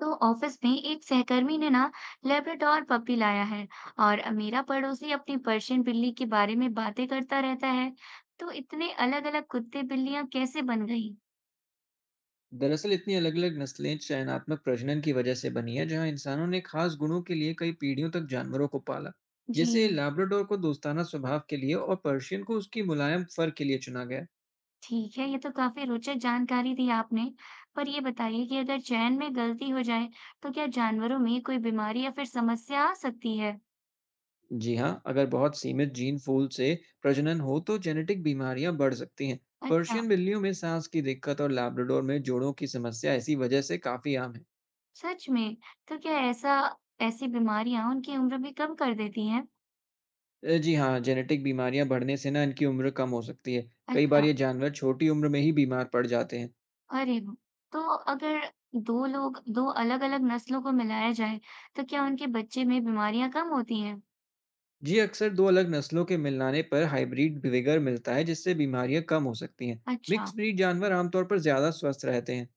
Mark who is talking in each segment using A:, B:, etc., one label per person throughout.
A: तो ऑफिस में एक सहकर्मी ने ना लेब्राडोर पपी लाया है। और मेरा पड़ोसी अपनी पर्शियन बिल्ली के बारे में बातें करता रहता है। तो इतने अलग-अलग कुत्ते बिल्लियां कैसे बन गई।
B: दरअसल इतनी अलग-अलग नस्लें चयनात्मक प्रजनन की वजह से बनी है, जहां इंसानों ने खास गुणों के लिए कई पीढ़ियों तक जानवरों को पाला।
A: जी।
B: जैसे लैब्राडोर को दोस्ताना स्वभाव के लिए और पर्शियन को उसकी मुलायम फर के लिए चुना गया।
A: ठीक है, ये तो काफी रोचक जानकारी दी आपने। पर ये बताइए कि अगर चयन में गलती हो जाए, तो क्या जानवरों में कोई बीमारी या फिर समस्या आ सकती है।
B: जी हाँ, अगर बहुत सीमित जीन फूल से प्रजनन हो तो जेनेटिक बीमारियां बढ़ सकती हैं।
A: अच्छा।
B: पर्शियन बिल्लियों में सांस की दिक्कत और लैब्राडोर में जोड़ों की समस्या इसी वजह से काफी आम है।
A: सच में। तो क्या ऐसा ऐसी बीमारियां उनकी उम्र भी कम कर देती हैं।
B: जी हाँ, जेनेटिक बीमारियां बढ़ने से ना इनकी उम्र कम हो सकती है। कई बार
A: अच्छा।
B: ये जानवर छोटी उम्र में ही बीमार पड़ जाते हैं।
A: अरे! वाह! तो अगर 2 लोग 2 अलग-अलग नस्लों को मिलाया जाए, तो क्या उनके बच्चे में बीमारियाँ कम होती हैं?
B: जी, अक्सर दो अलग नस्लों के मिलाने पर हाइब्रिड विगर मिलता है जिससे बीमारियां कम हो सकती हैं।
A: अच्छा।
B: मिक्स ब्रीड जानवर आमतौर पर ज्यादा स्वस्थ रहते हैं।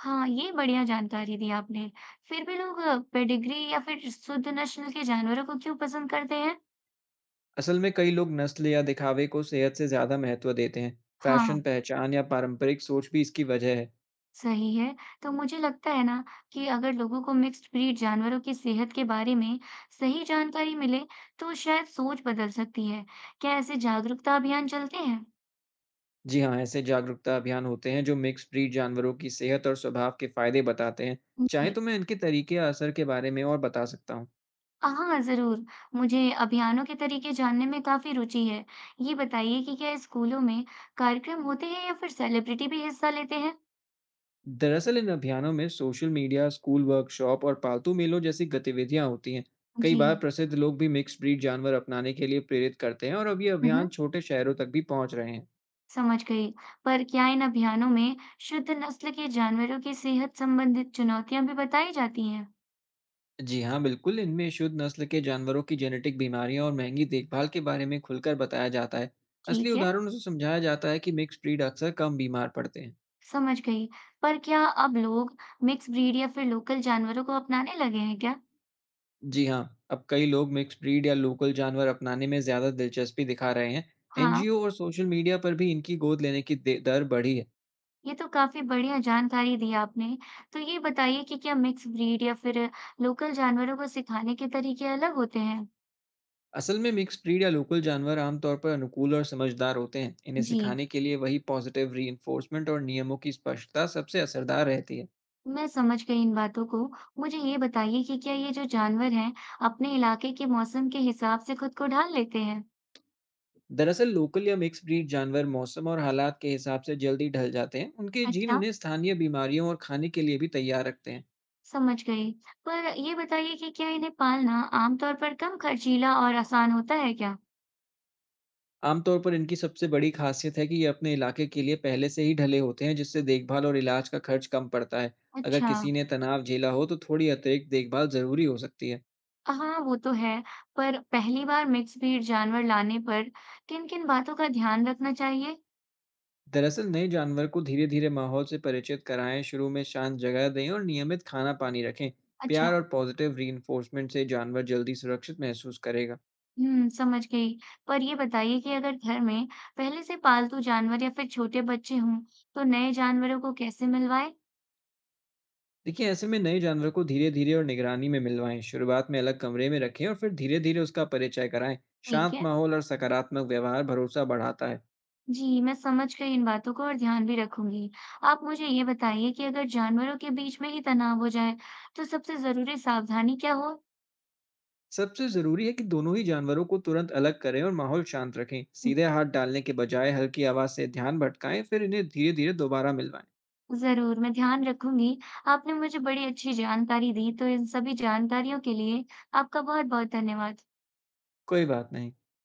A: हाँ, ये बढ़िया जानकारी दी आपने। फिर भी लोग पेडिग्री या फिर शुद्ध नस्ल के जानवरों को क्यों पसंद करते हैं?
B: असल में कई लोग नस्ल या दिखावे को सेहत से ज्यादा महत्व देते हैं।
A: हाँ।
B: फैशन, पहचान या पारंपरिक सोच भी इसकी वजह है।
A: सही है। तो मुझे लगता है ना कि अगर लोगों को मिक्स्ड ब्रीड जानवरों की सेहत के बारे में सही जानकारी मिले, तो शायद सोच बदल सकती है। क्या ऐसे जागरूकता अभियान चलते हैं?
B: जी हाँ, ऐसे जागरूकता अभियान होते हैं जो मिक्स ब्रीड जानवरों की सेहत और स्वभाव के फायदे बताते हैं। चाहे
A: जी।
B: तो मैं इनके तरीके या असर के बारे में और बता सकता हूँ।
A: हाँ, ज़रूर। मुझे अभियानों के तरीके जानने में काफ़ी रुचि है। ये बताइए कि क्या स्कूलों में कार्यक्रम होते हैं या फिर सेलिब्रिटी भी हिस्सा लेते हैं?
B: दरअसल इन अभियानों में सोशल मीडिया, स्कूल वर्कशॉप और पालतू मेलों जैसी गतिविधियां होती हैं। कई
A: जी।
B: बार प्रसिद्ध लोग भी मिक्स ब्रीड जानवर अपनाने के लिए प्रेरित करते हैं, और अब ये
A: हुँ,
B: अभियान
A: हुँ।
B: छोटे शहरों तक भी पहुंच रहे हैं।
A: समझ गई। पर क्या इन अभियानों में शुद्ध नस्ल के जानवरों की सेहत संबंधित चुनौतियाँ भी बताई जाती हैं?
B: जी हाँ, बिल्कुल, इनमें शुद्ध नस्ल के जानवरों की जेनेटिक बीमारियां और महंगी देखभाल के बारे में खुलकर बताया जाता है। असली
A: ठीक है।
B: उदाहरणों से समझाया जाता है कि मिक्स ब्रीड अक्सर कम बीमार पड़ते हैं।
A: समझ गई। पर क्या अब लोग मिक्स ब्रीड या फिर लोकल जानवरों को अपनाने लगे हैं क्या?
B: जी हाँ, अब कई लोग मिक्स ब्रीड या लोकल जानवर अपनाने में ज्यादा दिलचस्पी दिखा रहे हैं।
A: हाँ।
B: एनजीओ और सोशल मीडिया पर भी इनकी गोद लेने की दर बढ़ी है।
A: ये तो काफ़ी बढ़िया जानकारी दी आपने। तो ये बताइए कि क्या मिक्स ब्रीड या फिर लोकल जानवरों को सिखाने के तरीके अलग होते हैं?
B: असल में मिक्स्ड ब्रीड या लोकल जानवर आमतौर पर अनुकूल और समझदार होते हैं। इन्हें
A: जी,
B: सिखाने के लिए वही पॉजिटिव रीइंफोर्समेंट और नियमों की स्पष्टता सबसे असरदार रहती है।
A: मैं समझ गई इन बातों को। मुझे ये बताइए कि क्या ये जो जानवर हैं, अपने इलाके के मौसम के हिसाब से खुद को ढाल लेते हैं?
B: दरअसल लोकल या मिक्स्ड ब्रीड जानवर मौसम और हालात के हिसाब से जल्दी ढल जाते हैं। उनके जीन
A: अच्छा,
B: उन्हें स्थानीय बीमारियों और खाने के लिए भी तैयार रखते हैं।
A: समझ गई। पर ये बताइए कि क्या इन्हें पालना आमतौर पर कम खर्चीला और आसान होता है क्या?
B: आमतौर पर इनकी सबसे बड़ी खासियत है कि ये अपने इलाके के लिए पहले से ही ढले होते हैं, जिससे देखभाल और इलाज का खर्च कम पड़ता है। अगर
A: अच्छा।
B: किसी ने तनाव झेला हो तो थोड़ी अतिरिक्त देखभाल जरूरी हो सकती है।
A: हाँ, वो तो है। पर पहली बार मिक्स ब्रीड जानवर लाने पर किन-किन बातों का ध्यान रखना चाहिए?
B: दरअसल नए जानवर को धीरे धीरे माहौल से परिचित कराएं, शुरू में शांत जगह दें और नियमित खाना पानी रखें। प्यार
A: अच्छा।
B: और पॉजिटिव रीइंफोर्समेंट से जानवर जल्दी सुरक्षित महसूस करेगा।
A: हुँ, समझ गई। पर ये बताइए कि अगर घर में पहले से पालतू जानवर या फिर छोटे बच्चे हों, तो नए जानवरों को कैसे मिलवाएँ?
B: देखिए, ऐसे में नए जानवर को धीरे धीरे और निगरानी में मिलवाएं, शुरुआत में अलग कमरे में रखें और फिर धीरे धीरे उसका परिचय कराएं।
A: ठीक
B: शांत
A: है।
B: माहौल और सकारात्मक व्यवहार भरोसा बढ़ाता है।
A: जी, मैं समझ गई इन बातों को और ध्यान भी रखूँगी। आप मुझे ये बताइए कि अगर जानवरों के बीच में ही तनाव हो जाए, तो सबसे ज़रूरी सावधानी क्या हो?
B: सबसे जरूरी है कि दोनों ही जानवरों को तुरंत अलग करें और माहौल शांत रखें। सीधे हाथ डालने के बजाय हल्की आवाज से ध्यान भटकाएं, फिर इन्हें धीरे धीरे दोबारा मिलवाएं।
A: ज़रूर, मैं ध्यान रखूँगी। आपने मुझे बड़ी अच्छी जानकारी दी, तो इन सभी जानकारियों के लिए आपका बहुत-बहुत धन्यवाद।
B: कोई बात नहीं।